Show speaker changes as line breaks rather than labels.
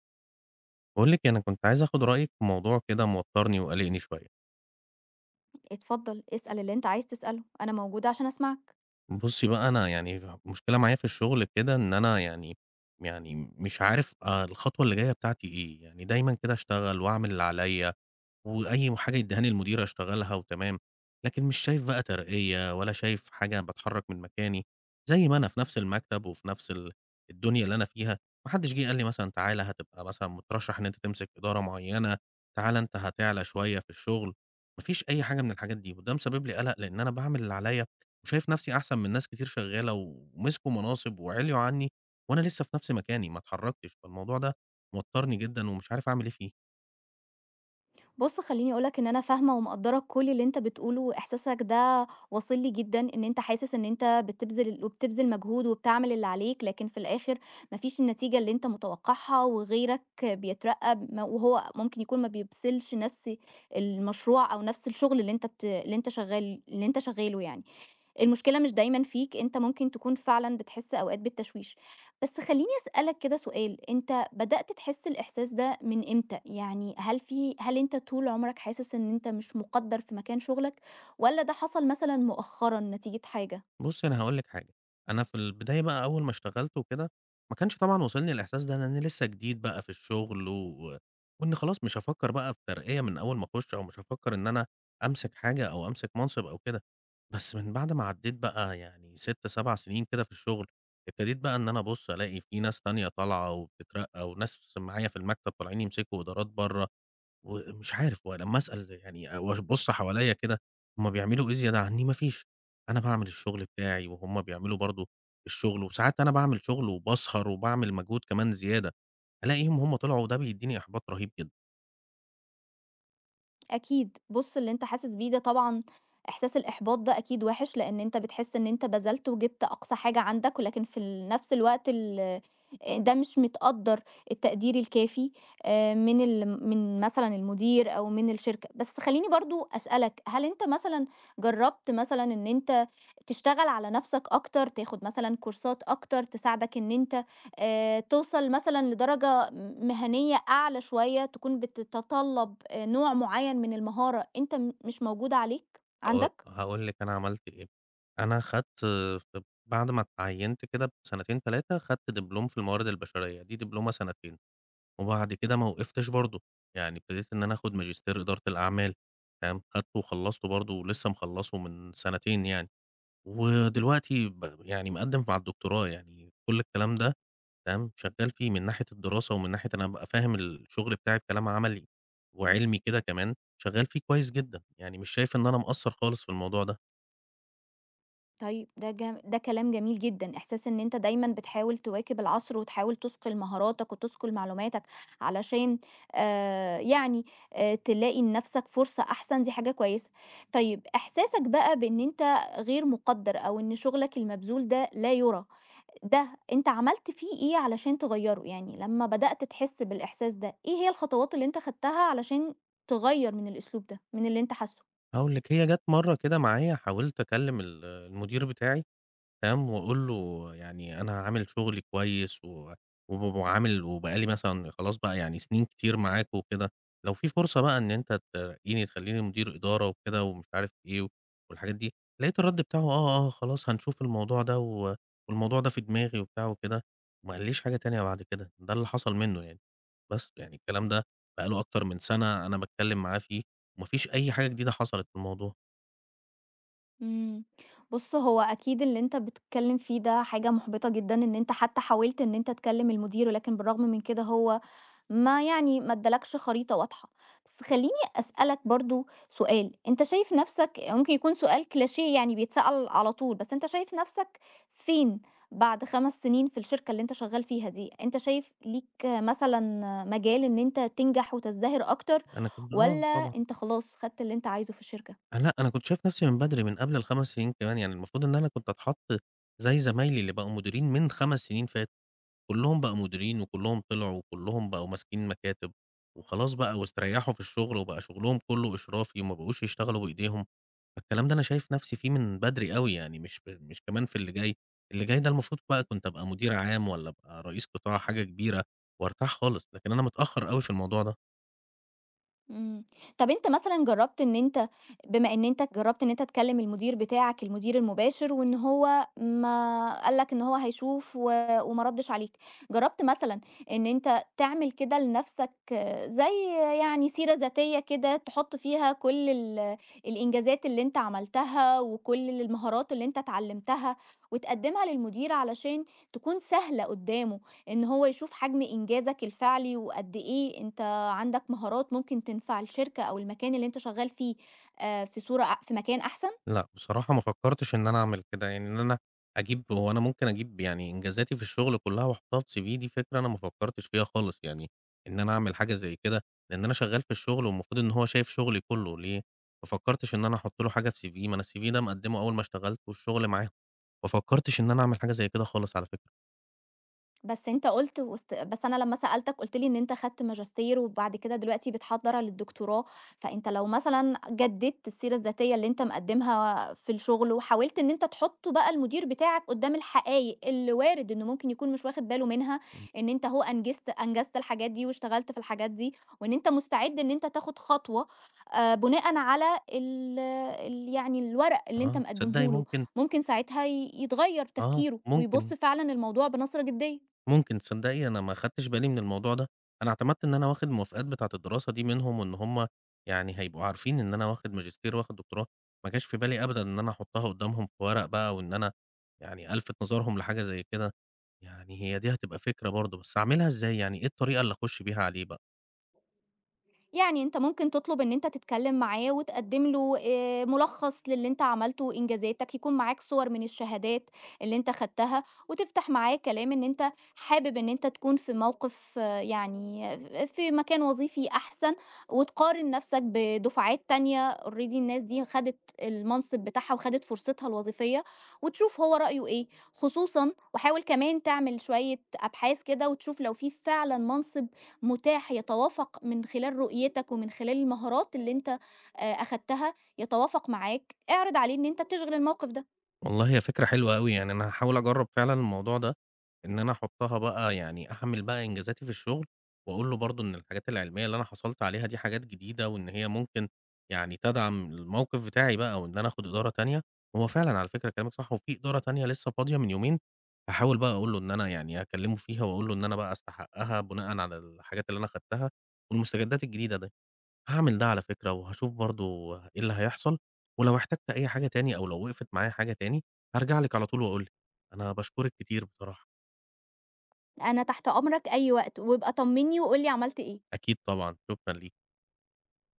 باقول لِك أنا كنت عايز آخد رأيِك في موضوع كده موتّرني وقالقني شوية.
اتفضل، اسأل اللي أنت عايز تسأله، أنا موجودة عشان أسمعك.
بُصّي بقى، أنا يعني مشكلة معايا في الشغل كده، إن أنا يعني مش عارف الخطوة اللي جاية بتاعتي إيه. يعني دايمًا كده أشتغل وأعمل اللي عليَّ، وأي حاجة يدّيهاني المدير أشتغلها وتمام، لكن مش شايف بقى ترقية ولا شايف حاجة باتحرّك من مكاني. زي ما أنا في نفس المكتب وفي نفس الدنيا اللي أنا فيها. ما حدّش جِه قال لي مثلًا تعالَ هتبقى مثلًا مترشّح إن أنت تمسك إدارة معيّنة، تعالَ أنت هتعلى شوية في الشغل. ما فيش أي حاجة من الحاجات دي، وده مسبب لي قَلَق لإن أنا باعمل اللي عليّا، وشايف نفسي أحسن من ناس كتير شغّالة ومسكوا مناصب وعِليوا عنّي، وأنا لسه في نفس مكاني ما اتحرّكتش. فالموضوع ده موتّرني جدًا، ومش عارف أعمل إيه فيه.
بُص، خلّيني أقول لك إن أنا فاهمة ومقدّرة كل اللي أنت بتقوله، وإحساسك ده واصل لي جدًا، إن أنت حاسس إن أنت بتبذل وبتبذل مجهود وبتعمل اللي عليك، لكن في الآخر ما فيش النتيجة اللي أنت متوقعها، وغيرك بيترقّب وهو ممكن يكون ما بيبذلش نفس المشروع أو نفس الشغل اللي أنت شغاله يعني. المشكلة مش دايمًا فيك، أنت ممكن تكون فعلًا بتحس أوقات بالتشويش. بس خلّيني أسألك كده سؤال، أنت بدأت تحس الإحساس ده من إمتى؟ يعني هل أنت طول عمرك حاسس إن أنت مش مُقدّر في مكان شغلك والّا ده حصل مثلًا مؤخرًا نتيجة حاجة؟
بُصّي، أنا هاقول لِك حاجة. أنا في البداية بقى أول ما اشتغلت وكده، ما كانش طبعًا واصلني الإحساس ده، لإني لسه جديد بقى في الشغل، وإن خلاص مش هافكّر بقى في ترقية من أول ما أخُش، أو مش هافكّر إن أنا أمسك حاجة أو أمسك منصب أو كده. بس من بعد ما عدّيت بقى يعني 6، 7 سنين كده في الشغل، ابتديت بقى إن أنا أبُص ألاقي في ناس تانية طالعة وبتترقّى، وناس معايا في المكتب طالعين يمسكوا إدارات برّه، ومش عارف. ولمّا أسأل يعني أو أبُص حواليّا كده، هُم بيعملوا إيه زيادة عنّي؟ ما فيش، أنا باعمل الشغل بتاعي وهُم بيعملوا برضه الشغل، وساعات أنا باعمل شغل وباسهر وباعمل مجهود كمان زيادة، ألاقيهم هُم طلعوا، وده بيدّيني إحباط رهيب جدًا.
أكيد، بُص اللي أنت حاسس بيه ده طبعًا إحساس الإحباط ده أكيد وِحِش، لإن أنت بتحس إن أنت بذلت وجِبت أقصى حاجة عندك، ولكن في نفس الوقت ال ده مش متقدّر التقدير الكافي من مثلًا المدير أو من الشركة. بس خلّيني برضه أسألك، هل أنت مثلًا جرّبت مثلًا إن أنت تشتغل على نفسك أكتر، تاخد مثلًا كورسات أكتر تساعدك إن أنت توصل مثلًا لدرجة فرصة مهنية أعلى شوية تكون بتتطلب نوع معيّن من المهارة أنت مش موجودة عندك؟
هاقول لِك أنا عملت إيه. أنا خدت ف بعد ما اتعيّنت كده بسنتين 3 خدت دبلوم في الموارد البشرية، دي دبلومة سنتين. وبعد كده ما وقفتش برضه، يعني ابتديت إن أنا آخُد ماجستير إدارة الأعمال. تمام، خدته وخلّصته برضه، ولسه مخلّصه من سنتين يعني، ودلوقتي يعني مقدّم على الدكتوراه. يعني كل الكلام ده تمام، شغّال فيه من ناحية الدراسة، ومن ناحية أنا أبقى فاهم الشغل بتاعي بكلام عملي وعلمي كده كمان. شغّال فيه كويس جدًا، يعني مش شايف إن أنا مقصّر خالص في الموضوع ده.
طيب ده كلام جميل جدًا، إحساس إن أنت دايمًا بتحاول تواكب العصر وتحاول تُثقل مهاراتك وتُثقل معلوماتك علشان يعني تلاقي لنَفْسك فرصة أحسن، دي حاجة كويسة. طيب إحساسك بقى بإن أنت غير مُقدَّر أو إن شُغلك المبذول ده لا يُرَى، ده أنت عملت فيه إيه علشان تغيّره؟ يعني لمّا بدأت تحس بالإحساس ده، إيه هي الخطوات اللي أنت خدتها علشان تغيّر من الأسلوب ده، من اللي أنت حاسّه؟
هاقول لِك، هي جات مرّة كده معايا حاولت أكلّم المدير بتاعي، تمام، وأقول له يعني أنا عامل شغلي كويس و وب وعامل، وبقى لي مثلًا خلاص بقى يعني سنين كتير معاك وكده، لو في فرصة بقى إن أنت ترقّيني تخلّيني مدير إدارة وكده، ومش عارف إيه والحاجات دي. لقيت الرد بتاعه، آه، آه، خلاص هنشوف الموضوع ده والموضوع ده في دماغي وبتاع وكده، وما قاليش حاجة تانية بعد كده. ده اللي حصل منه يعني. بس يعني الكلام ده بقى له أكتر من سنة أنا باتكلّم معاه فيه، وما فيش أي حاجة جديدة حصلت في الموضوع.
إمم. بُص، هو أكيد اللي أنت بتتكلّم فيه ده حاجة مُحبِطة جدًا إن أنت حتّى حاولت إن أنت تكلّم المدير، ولكن بالرغم من كده هو ما يعني ما ادّالكش خريطة واضحة. بس خلّيني أسألك برضه سؤال، أنت شايف نَفْسك ممكن يكون سؤال كليشيه يعني بيتسأل على طول، بس أنت شايف نَفْسك فين بعد 5 سنين في الشركة اللي أنت شغّال فيها دي؟ أنت شايف ليك مثلًا مجال إن أنت تنجح وتزدهر أكتر
أنا كنت، آه،
والّا
طبعًا.
أنت خلاص خدت اللي أنت عايزه في الشركة؟
لأ، أنا كنت شايف نفسي من بدري، من قبل ال5 سنين كمان، يعني المفروض إن أنا كنت أتحط زي زمايلي اللي بقوا مديرين من 5 سنين فاتوا. كلّهم بقوا مديرين، وكلّهم طلعوا، وكلّهم بقوا ماسكين مكاتب، وخلاص بقى واستريحوا في الشغل، وبقى شغلهم كلّه إشرافي وما بقوش يشتغلوا بإيديهم. فالكلام ده أنا شايف نفسي فيه من بدري أوي، يعني مش مش كمان في اللي جاي. اللي جاي ده المفروض بقى كنت أبقى مدير عام، والّا أبقى رئيس قطاع حاجة كبيرة وارتاح خالص، لكن أنا متأخر أوي في الموضوع ده.
إمم. طب أنت مثلًا جرّبت إن أنت بما إن أنت جرّبت إن أنت تكلّم المدير بتاعك، المدير المباشر، وإن هو ما قال لك إن هو هيشوف وما ردّش عليك، جرّبت مثلًا إن أنت تعمل كده لنَفْسك، زي يعني سيرة ذاتية كده تحُط فيها كل الإنجازات اللي أنت عملتها وكل المهارات اللي أنت اتعلّمتها وتقدّمها للمدير علشان تكون سهلة قُدّامه، إن هو يشوف حجم إنجازك الفعلي وقد إيه أنت عندك مهارات ممكن تنفع الشركة أو المكان اللي أنت شغال فيه، في مكان أحسن.
لأ، بصراحة ما فكّرتش إن أنا أعمل كده. يعني إن أنا أجيب، هو أنا ممكن أجيب يعني إنجازاتي في الشغل كلّها وأحطّها في CV؟ دي فكرة أنا ما فكّرتش فيها خالص، يعني إن أنا أعمل حاجة زي كده، لإن أنا شغّال في الشغل والمفروض إن هو شايف شغلي كلّه. ليه ما فكّرتش إن أنا أحُط له حاجة في CV؟ ما أنا الCV ده مقدّمه أول ما اشتغلت والشغل معاه. ما فكّرتش إن أنا أعمل حاجة زي كده خالص على فكرة.
بس أنت قُلت وست بس أنا لمّا سألتك قُلت لي إن أنت خدت ماجستير وبعد كده دلوقتي بتحضّر للدكتوراه، فأنت لو مثلًا جددت السيرة الذاتية اللي أنت مقدّمها في الشغل وحاولت إن أنت تحُط بقى المدير بتاعك قدّام الحقايق اللي وارد إنه ممكن يكون مش واخد باله منها،
إمم.
إن أنت أهو أنجزت الحاجات دي واشتغلت في الحاجات دي، وإن أنت مستعد إن أنت تاخد خطوة بناءً على ال ال يعني الورق اللي أنت
آه، تصدّقي
مقدّمه له،
ممكن.
ممكن ساعتها يتغيّر
آه،
تفكيره ويبُص
ممكن.
فعلًا للموضوع بنظرة جدية.
ممكن. تصدّقي أنا ما خدتش بالي من الموضوع ده. أنا اعتمدت إن أنا واخد الموافقات بتاعة الدراسة دي منهم، وإن هُم يعني هيبقوا عارفين إن أنا واخد ماجستير واخد دكتوراه. ما جاش في بالي أبدًا إن أنا أحطها قدّامهم في ورق بقى، وإن أنا يعني ألفت نظرهم لحاجة زي كده. يعني هي دي هتبقى فكرة برضه، بس أعملها إزاي يعني؟ إيه الطريقة اللي أخش بيها عليه بقى؟
يعني أنت ممكن تطلب إن أنت تتكلم معاه وتقدم له ملخص للي أنت عملته، إنجازاتك، يكون معاك صور من الشهادات اللي أنت خدتها، وتفتح معاه كلام إن أنت حابب إن أنت تكون في موقف، يعني في مكان وظيفي أحسن، وتقارن نفسك بدفعات تانية already الناس دي خدت المنصب بتاعها وخدت فرصتها الوظيفية، وتشوف هو رأيه إيه، خصوصًا وحاول كمان تعمل شوية أبحاث كده وتشوف لو في فعلًا منصب متاح يتوافق من خلال رؤيتك ومن خلال المهارات اللي انت اخدتها، يتوافق معاك اعرض عليه ان انت بتشغل الموقف ده.
والله هي فكرة حلوة أوي. يعني أنا هاحاول أجرّب فعلًا الموضوع ده، إن أنا أحطّها بقى، يعني أحمّل بقى إنجازاتي في الشغل، وأقول له برضه إن الحاجات العلمية اللي أنا حصلت عليها دي حاجات جديدة، وإن هي ممكن يعني تدعم الموقف بتاعي بقى، وإن أنا آخد إدارة تانية. هو فعلًا على فكرة كلامِك صح. وفي إدارة تانية لسه فاضية من يومين، هاحاول بقى أقول له إن أنا يعني أكلّمه فيها، وأقول له إن أنا بقى أستحقّها بناءً على الحاجات اللي أنا خدتها، والمستجدات الجديدة دي. هاعمل ده على فكرة، وهاشوف برضه إيه اللي هيحصل. ولو احتجت أي حاجة تاني، أو لو وقفت معايا حاجة تاني، هارجع لِك على طول وأقول لِك. أنا باشكرِك كتير بصراحة.
انا تحت امرك اي وقت وابقى طمني وقولي عملت ايه.
أكيد طبعًا، شكرًا ليكِ.